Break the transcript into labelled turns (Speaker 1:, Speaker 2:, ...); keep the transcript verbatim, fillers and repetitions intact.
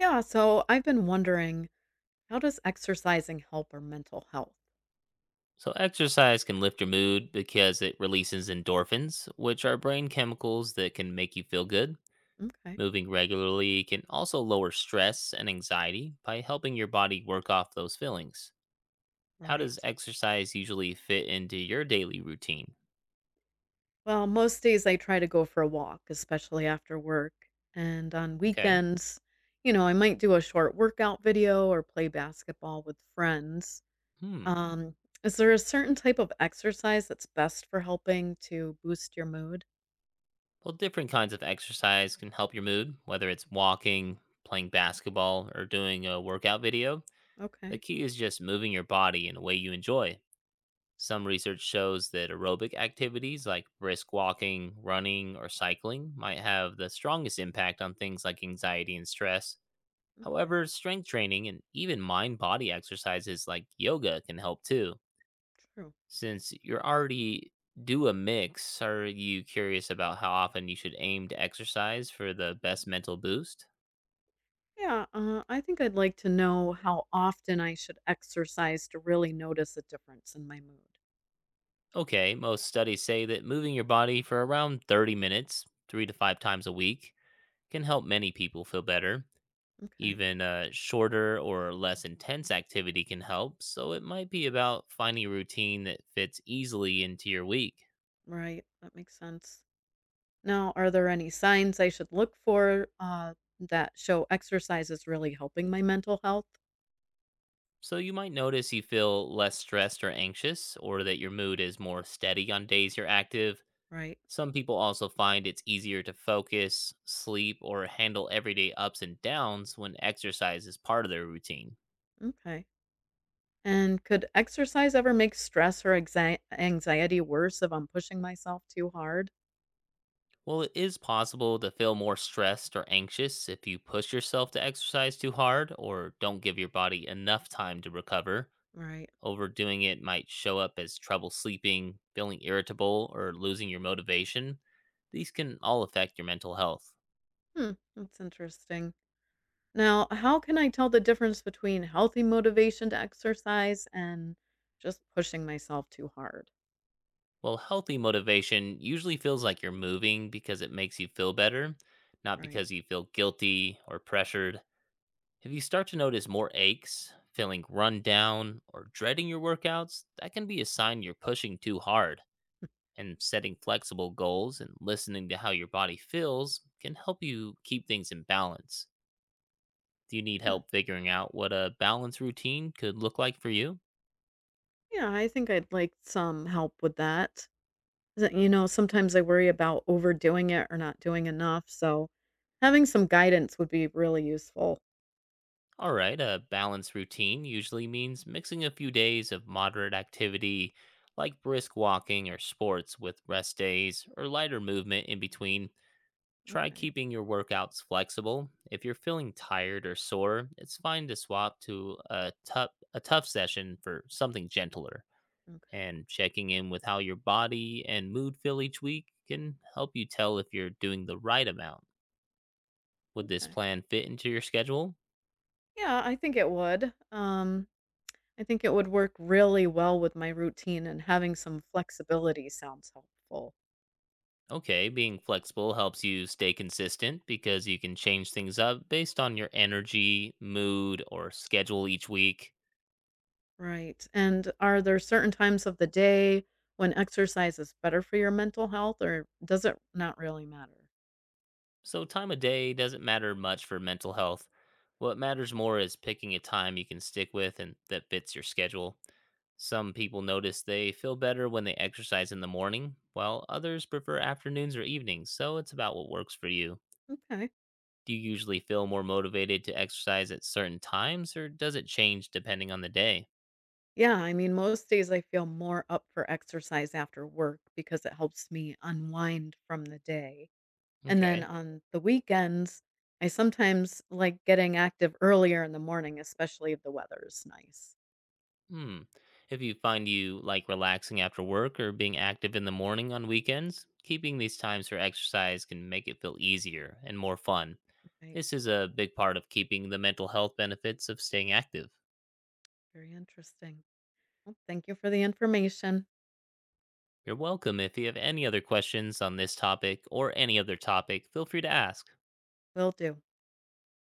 Speaker 1: Yeah, so I've been wondering, how does exercising help our mental health?
Speaker 2: So, exercise can lift your mood because it releases endorphins, which are brain chemicals that can make you feel good.
Speaker 1: Okay,
Speaker 2: Moving regularly can also lower stress and anxiety by helping your body work off those feelings. How does
Speaker 1: right.
Speaker 2: exercise usually fit into your daily routine?
Speaker 1: Well, most days I try to go for a walk, especially after work. And on
Speaker 2: Okay.
Speaker 1: weekends, you know, I might do a short workout video or play basketball with friends.
Speaker 2: Hmm.
Speaker 1: Um, is there a certain type of exercise that's best for helping to boost your mood?
Speaker 2: Well, different kinds of exercise can help your mood, whether it's walking, playing basketball, or doing a workout video. The
Speaker 1: Okay,
Speaker 2: key is just moving your body in a way you enjoy. Some research shows that aerobic activities like brisk walking, running, or cycling might have the strongest impact on things like anxiety and stress.
Speaker 1: okay,
Speaker 2: However, strength training and even mind body exercises like yoga can help too.
Speaker 1: true.
Speaker 2: Since you're already do a mix, are you curious about how often you should aim to exercise for the best mental boost?
Speaker 1: Yeah, uh, I think I'd like to know how often I should exercise to really notice a difference in my mood.
Speaker 2: Okay, most studies say that moving your body for around thirty minutes, three to five times a week, can help many people feel better.
Speaker 1: Okay.
Speaker 2: Even a shorter or less intense activity can help, so it might be about finding a routine that fits easily into your week.
Speaker 1: Right. That makes sense. Now, are there any signs I should look for uh, that show exercise is really helping my mental health?
Speaker 2: So you might notice you feel less stressed or anxious, or that your mood is more steady on days you're active.
Speaker 1: Right.
Speaker 2: Some people also find it's easier to focus, sleep, or handle everyday ups and downs when exercise is part of their routine.
Speaker 1: Okay. And could exercise ever make stress or anxi- anxiety worse if I'm pushing myself too hard?
Speaker 2: Well, it is possible to feel more stressed or anxious if you push yourself to exercise too hard or don't give your body enough time to recover.
Speaker 1: Right.
Speaker 2: Overdoing it might show up as trouble sleeping, feeling irritable, or losing your motivation. These can all affect your mental health.
Speaker 1: Hmm. That's interesting. Now, how can I tell the difference between healthy motivation to exercise and just pushing myself too hard?
Speaker 2: Well, healthy motivation usually feels like you're moving because it makes you feel better, not
Speaker 1: Right.
Speaker 2: because you feel guilty or pressured. If you start to notice more aches, feeling run down, or dreading your workouts, that can be a sign you're pushing too hard. And setting flexible goals and listening to how your body feels can help you keep things in balance. Do you need
Speaker 1: Hmm.
Speaker 2: help figuring out what a balance routine could look like for you?
Speaker 1: Yeah, I think I'd like some help with that. Is it you know, sometimes I worry about overdoing it or not doing enough, so having some guidance would be really useful.
Speaker 2: All right, a balance routine usually means mixing a few days of moderate activity like brisk walking or sports with rest days or lighter movement in between. Try
Speaker 1: Okay,
Speaker 2: keeping your workouts flexible. If you're feeling tired or sore, it's fine to swap to a tough a tough session for something gentler.
Speaker 1: okay,
Speaker 2: And checking in with how your body and mood feel each week can help you tell if you're doing the right amount. Would this
Speaker 1: okay.
Speaker 2: plan fit into your schedule?
Speaker 1: Yeah, I think it would. Um, I think it would work really well with my routine, and having some flexibility sounds helpful.
Speaker 2: Okay, being flexible helps you stay consistent because you can change things up based on your energy, mood, or schedule each week.
Speaker 1: Right, and are there certain times of the day when exercise is better for your mental health, or does it not really matter?
Speaker 2: So, time of day doesn't matter much for mental health. What matters more is picking a time you can stick with and that fits your schedule. Some people notice they feel better when they exercise in the morning, while others prefer afternoons or evenings, so it's about what works for you.
Speaker 1: Okay.
Speaker 2: Do you usually feel more motivated to exercise at certain times, or does it change depending on the day?
Speaker 1: Yeah, I mean, most days I feel more up for exercise after work because it helps me unwind from the day. And then
Speaker 2: Okay.
Speaker 1: on the weekends, I sometimes like getting active earlier in the morning, especially if the weather is nice.
Speaker 2: Hmm. If you find you like relaxing after work or being active in the morning on weekends, keeping these times for exercise can make it feel easier and more fun.
Speaker 1: Right.
Speaker 2: This is a big part of keeping the mental health benefits of staying active.
Speaker 1: Very interesting. Well, thank you for the information.
Speaker 2: You're welcome. If you have any other questions on this topic or any other topic, feel free to ask.
Speaker 1: Will do.